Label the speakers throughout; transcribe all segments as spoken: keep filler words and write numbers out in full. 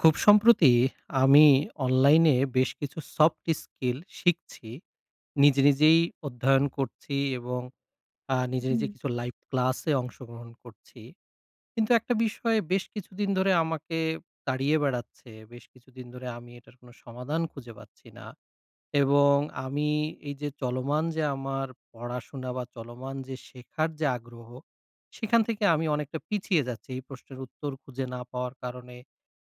Speaker 1: খুব সম্প্রতি আমি অনলাইনে বেশ কিছু সফট স্কিল শিখছি। নিজে নিজেই অধ্যয়ন করছি এবং আ নিজে, নিজে
Speaker 2: হুম,
Speaker 1: কিছু লাইভ ক্লাসে অংশগ্রহণ করছি। কিন্তু একটা বিষয় বেশ কিছুদিন ধরে আমাকে তাড়িয়ে বেড়াচ্ছে। বেশ কিছুদিন ধরে আমি এটার কোনো সমাধান খুঁজে পাচ্ছি না। এবং আমি এই যে চলমান যে আমার পড়াশোনা বা চলমান যে শেখার যে আগ্রহ, সেখান থেকে আমি অনেকটা পিছিয়ে যাচ্ছি এই প্রশ্নের উত্তর খুঁজে না পাওয়ার কারণে,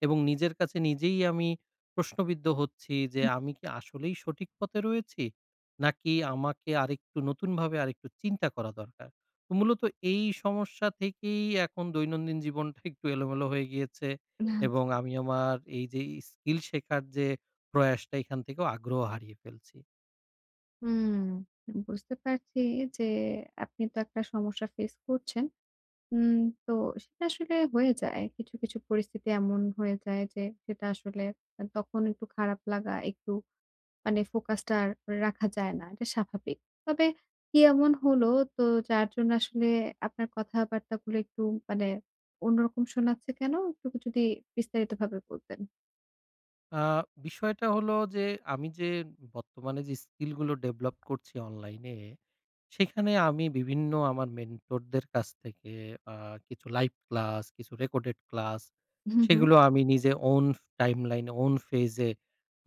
Speaker 1: এবং নিজের কাছে নিজেই আমি প্রশ্নবিদ্ধ হচ্ছি যে,
Speaker 2: হুম,
Speaker 1: আমি কি আসলেই সঠিক পথে রয়েছি? নাকি আমাকে আরেকটু নতুনভাবে আরেকটু চিন্তা করা দরকার? তো মূলত এই সমস্যা থেকেই এখন দৈনন্দিন জীবনটা একটু এলোমেলো হয়ে গিয়েছে এবং
Speaker 2: আচ্ছা।
Speaker 1: আমি আমার এই যে স্কিল শেখার যে প্রয়াসটা, এখান থেকেও আগ্রহ হারিয়ে ফেলছি।
Speaker 2: হুম, বুঝতে পারছি যে আপনি তো একটা সমস্যা ফেস করছেন। উম তো সেটা আসলে হয়ে যায়। কিছু, কিছু পরিস্থিতি এমন হয়ে যায় যে সেটা আসলে আ তখন একটু খারাপ লাগা, একটু মানে ফোকাসটা আর রাখা যায় না। এটা স্বাভাবিক। তবে কি এমন হলো তো যার জন্য আসলে আপনার কথাবার্তাগুলো একটু মানে অন্যরকম শোনাচ্ছে কেন? একটু যদি বিস্তারিতভাবে বলতেন।
Speaker 1: আ বিষয়টা হলো যে আমি যে বর্তমানে যে স্কিলগুলো ডেভেলপ করছি অনলাইনে, সেখানে আমি বিভিন্ন আমার মেন্টরদের কাছ থেকে আ কিছু লাইভ ক্লাস, কিছু রেকর্ডেড ক্লাস,
Speaker 2: হুম, হুম,
Speaker 1: সেগুলো আমি নিজে ওন টাইমলাইন, ওন ফেজে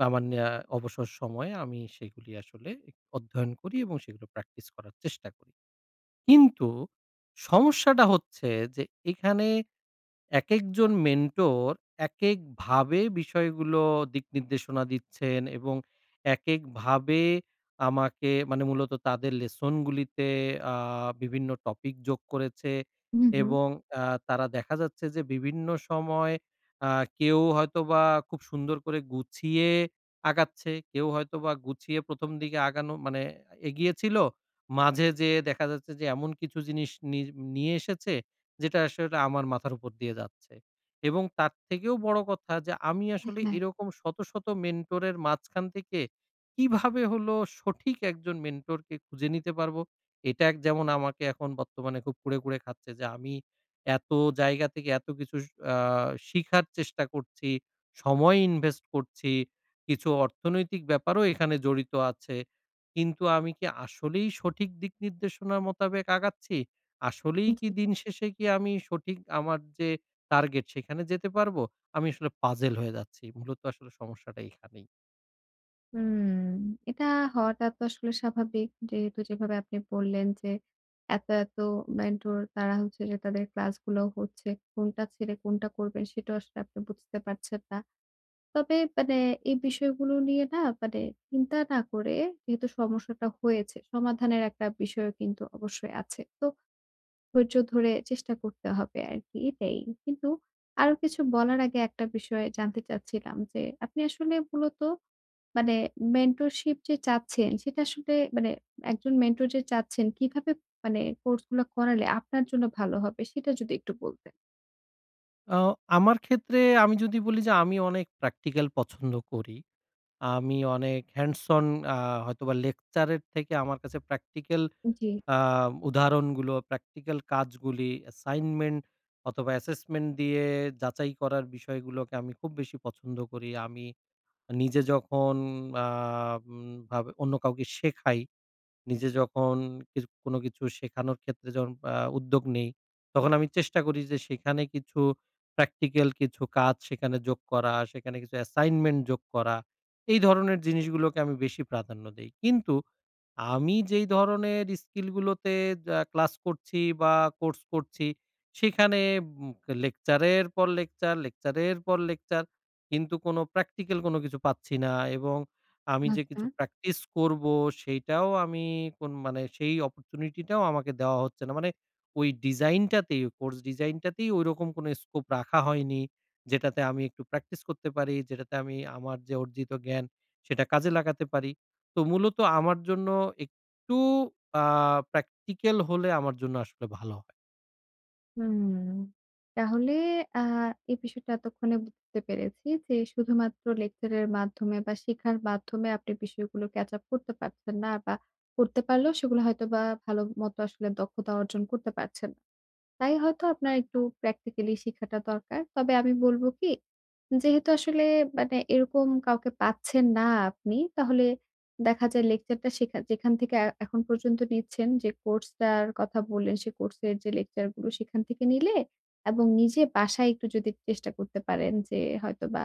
Speaker 1: আমার ন্যা অবসর সময়ে আমি সেগুলি আসলে অধ্যয়ন করি এবং সেগুলো প্র্যাকটিস করার চেষ্টা করি। কিন্তু সমস্যাটা হচ্ছে যে, এখানে একেকজন মেন্টর একেকভাবে বিষয়গুলো দিক নির্দেশনা দিচ্ছেন এবং একেকভাবে আমাকে মানে মূলত তাদের লেসনগুলিতে আ বিভিন্ন টপিক যোগ করেছে।
Speaker 2: হুম, হুম।
Speaker 1: এবং আ তারা দেখা যাচ্ছে যে বিভিন্ন সময় আ কেউ হয়তোবা খুব সুন্দর করে গুছিয়ে আগাচ্ছে, কেউ হয়তোবা গুছিয়ে প্রথম দিকে আগানো মানে এগিয়ে ছিল। মাঝে যেয়ে দেখা যাচ্ছে যে এমন কিছু জিনিস নি নিয়ে এসেছে যেটা আসলে আমার মাথার উপর দিয়ে যাচ্ছে। এবং তার থেকেও বড় কথা যে, আমি আসলে
Speaker 2: হ্যাঁ।
Speaker 1: এরকম শত, শত মেন্টরের মাঝখান থেকে কিভাবে হলো সঠিক একজন মেন্টরকে খুঁজে নিতে পারবো? এটা এক যেমন আমাকে এখন বর্তমানে খুব কুড়ে, কুড়ে খাচ্ছে যে, আমি এত জায়গা থেকে এত কিছু স আ শিখার চেষ্টা করছি, সময় ইনভেস্ট করছি, কিছু অর্থনৈতিক ব্যাপারও এখানে জড়িত আছে। কিন্তু আমি কি আসলেই সঠিক দিক নির্দেশনার মোতাবেক আগাচ্ছি? আসলেই কি দিন শেষে কি আমি সঠিক আমার যে টার্গেট, সেখানে যেতে পারবো? আমি আসলে পাজেল হয়ে যাচ্ছি। মূলত আসলে সমস্যাটা এখানেই।
Speaker 2: হুম, এটা হওয়াটা তো আসলে স্বাভাবিক। যেহেতু যেভাবে আপনি বললেন যে, এত, এত মেন্টর তারা হচ্ছে যে তাদের ক্লাসগুলো হচ্ছে। কোনটা ছেড়ে কোনটা করবেন সেটাও আসলে আপনি বুঝতে পারছেন না। তবে মানে এই বিষয়গুলো নিয়ে না মানে চিন্তা না করে যেহেতু সমস্যাটা হয়েছে, সমাধানের একটা বিষয়ও কিন্তু অবশ্যই আছে। তো ধৈর্য ধরে চেষ্টা করতে হবে আরকি এটাই। কিন্তু আরো কিছু বলার আগে একটা বিষয় জানতে চাচ্ছিলাম যে, আপনি আসলে মূলত মানে মেন্টরশিপ যে চাচ্ছেন সেটা আসলে মানে একজন মেন্টর যে চাচ্ছেন কিভাবে মানে কোর্স গুলা করালে আপনার জন্য ভালো হবে সেটা যদি একটু বলতেন।
Speaker 1: আ আমার ক্ষেত্রে, আমি যদি বলি যে আমি অনেক প্র্যাকটিক্যাল পছন্দ করি। আমি অনেক হ্যান্ডস অন, আ হয়তোবা লেকচারের থেকে আমার কাছে প্র্যাকটিক্যাল
Speaker 2: জি,
Speaker 1: আ উদাহরণগুলো, প্র্যাকটিক্যাল কাজগুলি, অ্যাসাইনমেন্ট অথবা অ্যাসেসমেন্ট দিয়ে যাচাই করার বিষয়গুলোকে আমি খুব বেশি পছন্দ করি। আমি নিজে যখন আ উম ভাবে অন্য কাউকে শেখাই, নিজে যখন কিছু কোনো কিছু শেখানোর ক্ষেত্রে যখন আ উদ্যোগ নেই, তখন আমি চেষ্টা করি যে সেখানে কিছু প্র্যাকটিক্যাল কিছু কাজ সেখানে যোগ করা, সেখানে কিছু অ্যাসাইনমেন্ট যোগ করা। এই ধরনের জিনিসগুলোকে আমি বেশি প্রাধান্য দেই। কিন্তু আমি যেই ধরনের স্কিল গুলোতে যা ক্লাস করছি বা কোর্স করছি, সেখানে উম লেকচারের পর লেকচার, লেকচারের পর লেকচার, কিন্তু কোনো প্র্যাকটিক্যাল কোনো কিছু পাচ্ছি না, এবং আমি যে
Speaker 2: আচ্ছা।
Speaker 1: কিছু প্র্যাকটিস করবো সেইটাও আমি, কোন মানে, সেই অপরচুনিটিটাও আমাকে দেওয়া হচ্ছে না। মানে ওই ডিজাইনটাতেই, কোর্স ডিজাইনটাতেই ঐরকম কোনো স্কোপ রাখা হয়নি, যেটাতে আমি একটু প্র্যাকটিস করতে পারি, যেটাতে আমি আমার যে অর্জিত জ্ঞান সেটা কাজে লাগাতে পারি। তো মূলত আমার জন্য একটু আ প্র্যাকটিক্যাল হলে আমার জন্য আসলে ভালো হয়।
Speaker 2: হুম। তাহলে আ এই বিষয়টা এতক্ষণে বুঝতে পেরেছি যে শুধুমাত্র লেকচারের মাধ্যমে বা শেখার মাধ্যমে আপনি বিষয়গুলো ক্যাচ আপ করতে পারছেন না বা করতে পারলেও সেগুলো হয়তোবা ভালো মতো আসলে দক্ষতা অর্জন করতে পারছেন না। তাই হয়তো আপনার একটু প্র্যাকটিক্যালি শিখাটা দরকার। তবে আমি বলব কি, যেহেতু আসলে মানে এরকম কাউকে পাচ্ছেন না আপনি, তাহলে দেখা যায় লেকচারটা শেখা যেখান থেকে এ এখন পর্যন্ত নিচ্ছেন যে কোর্সটার কথা বললেন, সে কোর্সের যে লেকচারগুলো সেখান থেকে নিলে এবং নিজে বাসায় একটু যদি চেষ্টা করতে পারেন যে হয়তোবা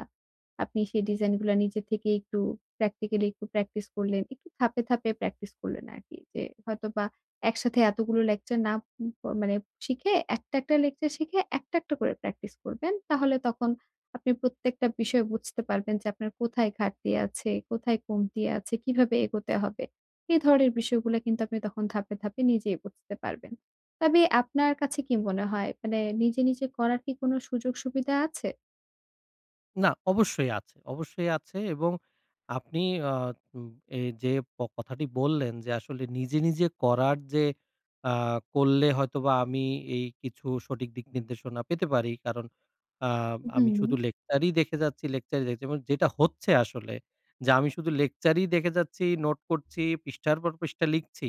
Speaker 2: আপনি সেই ডিজাইনগুলা নিজে থেকে একটু প্র্যাকটিক্যালি একটু প্র্যাকটিস করলেন, একটু ধাপে, ধাপে প্র্যাকটিস করলেন আরকি। যে হয়তোবা একসাথে এতগুলো লেকচার না প মানে শিখে একটা, একটা লেকচার শিখে একটা, একটা করে প্র্যাকটিস করবেন। তাহলে তখন আপনি প্রত্যেকটা বিষয় বুঝতে পারবেন যে আপনার কোথায় ঘাটতি আছে, কোথায় কমতি আছে, কিভাবে এগোতে হবে। এ ধরনের বিষয়গুলো কিন্তু আপনি তখন ধাপে, ধাপে নিজেই বুঝতে পারবেন। তবে আপনার কাছে কি মনে হয়? মানে নিজে, নিজে করার কি কোনো সুযোগ সুবিধা আছে?
Speaker 1: না, অবশ্যই আছে, অবশ্যই আছে। এবং আপনি আ উম এই যে প কথাটি বললেন যে আসলে নিজে, নিজে করার যে, আ করলে হয়তোবা আমি এই কিছু সঠিক দিক নির্দেশনা পেতে পারি। কারণ আ আমি
Speaker 2: হুম,
Speaker 1: শুধু লেকচারই দেখে যাচ্ছি, লেকচারই দেখছি, এবং যেটা হচ্ছে আসলে, যে আমি শুধু লেকচারই দেখে যাচ্ছি, নোট করছি, পৃষ্ঠার পর পৃষ্ঠা লিখছি।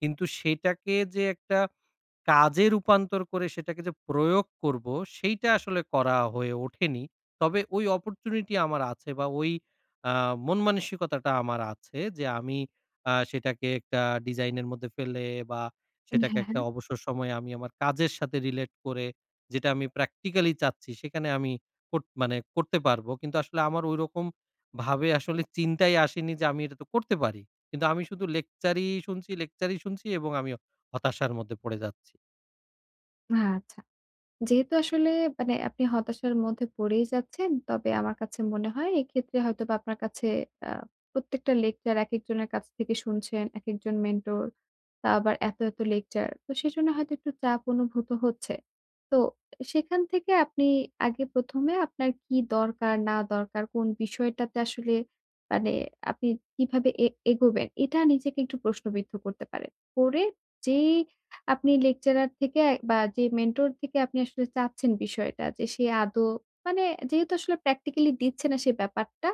Speaker 1: কিন্তু সেটাকে যে একটা কাজে রূপান্তর করে সেটাকে যে প্রয়োগ করব, সেইটা আসলে করা হয়ে ওঠেনি। তবে ওই অপরচুনিটি আমার আছে, বা ওই আ মন মানসিকতাটা আমার আছে যে আমি আ সেটাকে একটা ডিজাইনের মধ্যে ফেলে, বা
Speaker 2: হ্যাঁ,
Speaker 1: সেটাকে
Speaker 2: হ্যাঁ।
Speaker 1: একটা অবসর সময়ে আমি আমার কাজের সাথে রিলেট করে যেটা আমি প্র্যাকটিক্যালি চাচ্ছি সেখানে আমি, কোট মানে, করতে পারবো। কিন্তু আসলে আমার ঐরকম ভাবে আসলে চিন্তাই আসেনি যে আমি এটা তো করতে পারি। কিন্তু আমি শুধু লেকচারই শুনছি, লেকচারই শুনছি, এবং আমি হতাশার মধ্যে পড়ে যাচ্ছি।
Speaker 2: আচ্ছা। যেহেতু আসলে মানে আপনি হতাশার মধ্যে পড়েই যাচ্ছেন, তবে আমার কাছে মনে হয় এক্ষেত্রে হয়তোবা আপনার কাছে আ প্রত্যেকটা লেকচার একেকজনের কাছ থেকে শুনছেন, একেকজন মেন্টর, তা আবার এত, এত লেকচার। তো সেজন্য হয়তো একটু চাপ অনুভূত হচ্ছে। তো সেখান থেকে আপনি আগে প্রথম এ আপনার কি দরকার, না দরকার, কোন বিষয়টাতে আসলে মানে আপনি কিভাবে এ এগোবেন, এটা নিজেকে একটু প্রশ্নবিদ্ধ করতে পারেন। করে যেই আপনি লেকচারার থেকে বা যে মেন্টর থেকে আপনি আসলে চাচ্ছেন বিষয়টা যে সে আদৌ মানে যেহেতু আসলে প্র্যাকটিক্যালি দিচ্ছে না সে ব্যাপারটা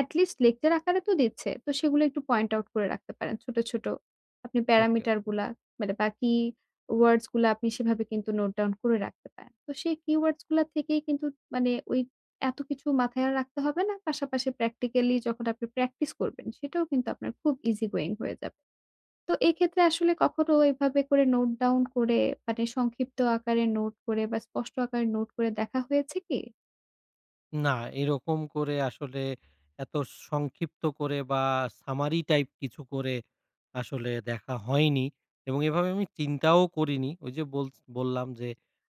Speaker 2: এটলিস্ট লেকচার আকারে তো দিচ্ছে। তো সেগুলো একটু পয়েন্ট আউট করে রাখতে পারেন ছোট, ছোট। আপনি
Speaker 1: ওকে,
Speaker 2: প্যারামিটার
Speaker 1: ওকে।
Speaker 2: গুলা মানে বাকি ওয়ার্ডস গুলা আপনি সেভাবে কিন্তু নোট ডাউন করে রাখতে পারেন। তো সেই কিওয়ার্ডস গুলা থেকেই কিন্তু মানে ওই এত কিছু মাথায় আর রাখতে হবে না। পাশাপাশি প্র্যাকটিক্যালি যখন আপনি প্র্যাকটিস করবেন সেটাও কিন্তু আপনার খুব ইজি গোইং হয়ে যাবে। তো এক্ষেত্রে আসলে কখনো এভাবে করে নোট ডাউন করে মানে সংক্ষিপ্ত আকারে নোট করে বা স্পষ্ট আকারে নোট করে দেখা হয়েছে কি?
Speaker 1: না, এরকম করে আসলে এত সংক্ষিপ্ত করে বা সামারি টাইপ কিছু করে আসলে দেখা হয়নি, এবং এভাবে আমি চিন্তাও করিনি। ওই যে বল বললাম যে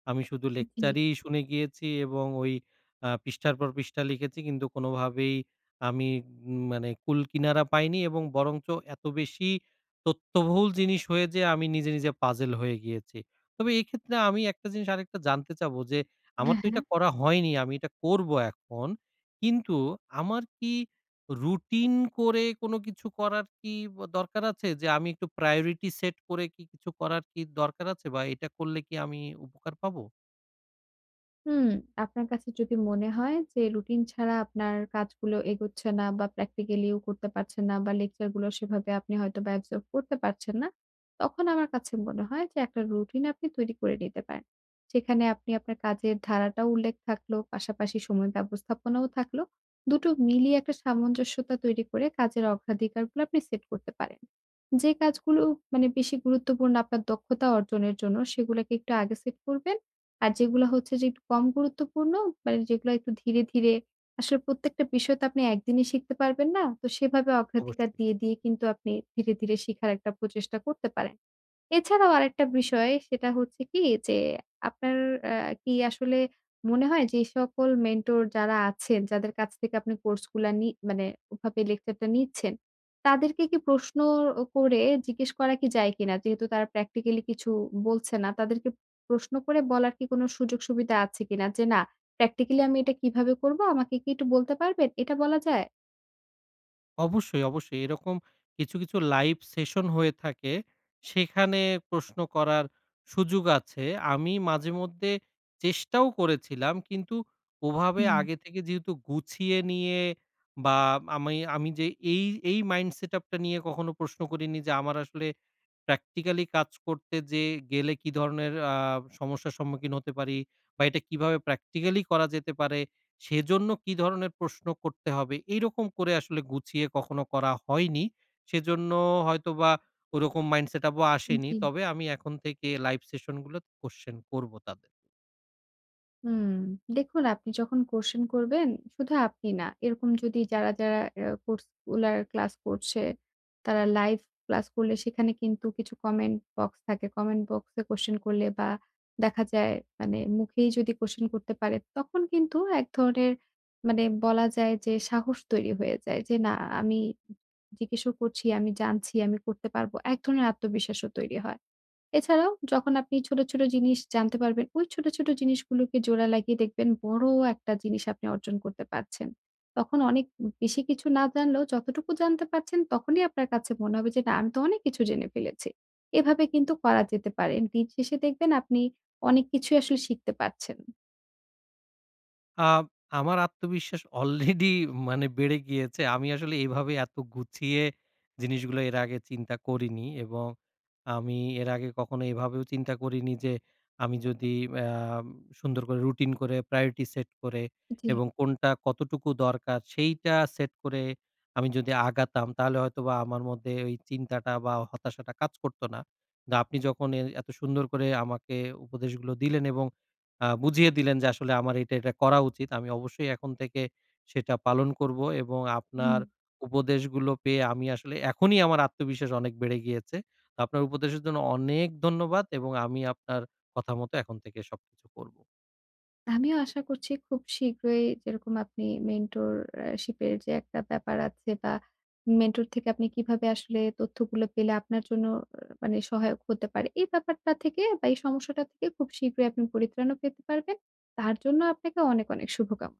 Speaker 1: আমি শুধু
Speaker 2: জি,
Speaker 1: লেকচারই শুনে গিয়েছি, এবং ওই আ পৃষ্ঠার পর পৃষ্ঠা লিখেছি, কিন্তু কোনোভাবেই আমি, উম মানে, কুল কিনারা পাইনি, এবং বরঞ্চ এত বেশি তথ্যবহুল জিনিস হয়ে, যে আমি নিজে, নিজে পাজল হয়ে গিয়েছি। তবে এক্ষেত্রে আমি একটা জিনিস আরেকটা জানতে চাবো যে, আমার
Speaker 2: হ্যাঁ,
Speaker 1: তো
Speaker 2: হ্যাঁ।
Speaker 1: এটা করা হয়নি। আমি এটা করব এখন। কিন্তু আমার কি রুটিন করে কোনো কিছু করার কি ব দরকার আছে? যে আমি একটু priority set করে কি কিছু করার কি দরকার আছে? বা এটা করলে কি আমি উপকার পাবো?
Speaker 2: হুম, আপনার কাছে যদি মনে হয় যে রুটিন ছাড়া আপনার কাজগুলো এগোচ্ছে না বা প্র্যাকটিক্যালিও করতে পারছেন না বা লেকচারগুলো সেভাবে আপনি হয়তোবা অ্যাবজর্ব করতে পারছেন না, তখন আমার কাছে মনে হয় যে একটা রুটিন আপনি তৈরি করে নিতে পারেন। সেখানে আপনি আপনার কাজের ধারাটাও উল্লেখ থাকলো, পাশাপাশি সময় ব্যবস্থাপনাও থাকলো। দুটো মিলিয়ে একটা সামঞ্জস্যতা তৈরি করে কাজের অগ্রাধিকারগুলো আপনি সেট করতে পারেন। যে কাজগুলো মানে বেশি গুরুত্বপূর্ণ আপনার দক্ষতা অর্জনের জন্য সেগুলোকে একটু আগে সেট করবেন। আর যেগুলা হচ্ছে যে একটু কম গুরুত্বপূর্ণ, মানে যেগুলা একটু ধীরে, ধীরে আসলে প্রত্যেকটা বিষয় তো আপনি একদিনে শিখতে পারবেন না। তো সেভাবে অগ্রাধিকার
Speaker 1: অবশ্যই।
Speaker 2: দিয়ে, দিয়ে কিন্তু আপনি ধীরে, ধীরে শিখার একটা প্রচেষ্টা করতে পারেন। এছাড়াও আরেকটা বিষয় সেটা হচ্ছে কি যে আপনার আ কি আসলে মনে হয় যে সকল মেন্টর যারা আছেন, যাদের কাছ থেকে আপনি কোর্স গুলা নি মানে ওভাবে লেকচারটা নিচ্ছেন, তাদেরকে কি প্রশ্ন ও করে জিজ্ঞেস করা কি যায় কিনা? যেহেতু তারা প্র্যাকটিক্যালি কিছু বলছে না, তাদেরকে প্রশ্ন করে বলার কি কোনো সুযোগ সুবিধা আছে কিনা? যে না প্র্যাকটিক্যালি আমি এটা কিভাবে করব? আমাকে কি একটু বলতে পারবেন? এটা বলা যায়?
Speaker 1: অবশ্যই, অবশ্যই। এরকম কিছু, কিছু লাইভ সেশন হয়ে থাকে। সেখানে প্রশ্ন করার সুযোগ আছে। আমি মাঝেমধ্যে চেষ্টাও করেছিলাম। কিন্তু ওভাবে
Speaker 2: হুম,
Speaker 1: আগে থেকে যেহেতু গুছিয়ে নিয়ে, বা আমি আমি যে এই, এই মাইন্ড সেটআপ টা নিয়ে কখনো প্রশ্ন করিনি, যে আমার আসলে প্র্যাকটিক্যালি কাজ করতে যে গেলে কি ধরনের আ সমস্যার সম্মুখীন হতে পারি? বা এটা কিভাবে প্র্যাকটিক্যালি করা যেতে পারে? সেজন্য কি ধরনের প্রশ্ন করতে হবে? এইরকম করে আসলে গুছিয়ে কখনো করা হয়নি। সেজন্য হয়তোবা ওরকম মাইন্ডসেট আপ ও আসেনি।
Speaker 2: জি।
Speaker 1: তবে আমি এখন থেকে লাইভ সেশন গুলোতে কোয়েশ্চেন করব তাদের।
Speaker 2: হুম, দেখুন আপনি যখন কোশ্চেন করবেন, শুধু আপনি না, এরকম যদি যারা, যারা আ কোর্স গুলার ক্লাস করছে, তারা লাইভ ক্লাস করলে সেখানে কিন্তু কিছু কমেন্ট বক্স থাকে। কমেন্ট বক্সে কোশ্চেন করলে বা দেখা যায় মানে মুখেই যদি কোশ্চেন করতে পারে, তখন কিন্তু এক ধরনের মানে বলা যায় যে সাহস তৈরি হয়ে যায় যে, "না, আমি জিজ্ঞেসও করছি, আমি জানছি, আমি করতে পারবো।" এক ধরনের আত্মবিশ্বাসও তৈরি হয়। এছাড়াও যখন আপনি ছোট, ছোট জিনিস জানতে পারবেন, ওই ছোট, ছোট জিনিসগুলোকে জোড়া লাগিয়ে দেখবেন বড় একটা জিনিস আপনি অর্জন করতে পারছেন। তখন অনেক বেশি কিছু না জানলেও যতটুকু জানতে পারছেন তখনই আপনার কাছে মনে হবে যে, "না, আমি তো অনেক কিছু জেনে ফেলেছি।" এভাবে কিন্তু করা যেতে পারে। দিন শেষে দেখবেন আপনি অনেক কিছুই আসলে শিখতে পারছেন।
Speaker 1: আ আমার আত্মবিশ্বাস অলরেডি মানে বেড়ে গিয়েছে। আমি আসলে এভাবে এত গুছিয়ে জিনিসগুলো এর আগে চিন্তা করিনি, এবং আমি এর আগে কখনো এভাবেও চিন্তা করিনি যে, আমি যদি আম সুন্দর করে রুটিন করে প্রায়োরিটি সেট করে,
Speaker 2: জি।
Speaker 1: এবং কোনটা কতটুকু দরকার সেইটা সেট করে আমি যদি আগাতাম, তাহলে হয়তোবা আমার মধ্যে ওই চিন্তাটা বা হতাশাটা কাজ করত না। কিন্তু আপনি যখন এ এত সুন্দর করে আমাকে উপদেশগুলো দিলেন, এবং আ বুঝিয়ে দিলেন যে আসলে আমার এটা, এটা করা উচিত, আমি অবশ্যই এখন থেকে সেটা পালন করব। এবং আপনার
Speaker 2: হুম।
Speaker 1: উপদেশগুলো পেয়ে আমি আসলে এখনই আমার আত্মবিশ্বাস অনেক বেড়ে গিয়েছে। তো আপনার উপদেশের জন্য অনেক ধন্যবাদ, এবং আমি আপনার কথা মতো এখন থেকে সবকিছু করব।
Speaker 2: আমিও আশা করছি খুব শীঘ্রই যেরকম আপনি মেন্টর আ শিপের যে একটা ব্যাপার আছে বা মেন্টর থেকে আপনি কিভাবে আসলে তথ্যগুলো পেলে আপনার জন্য আহ, মানে সহায়ক হতে পারে। এই ব্যাপারটা থেকে বা এই সমস্যাটা থেকে খুব শীঘ্রই আপনি পরিত্রাণও পেতে পারবেন। তার জন্য আপনাকে অনেক, অনেক শুভকাম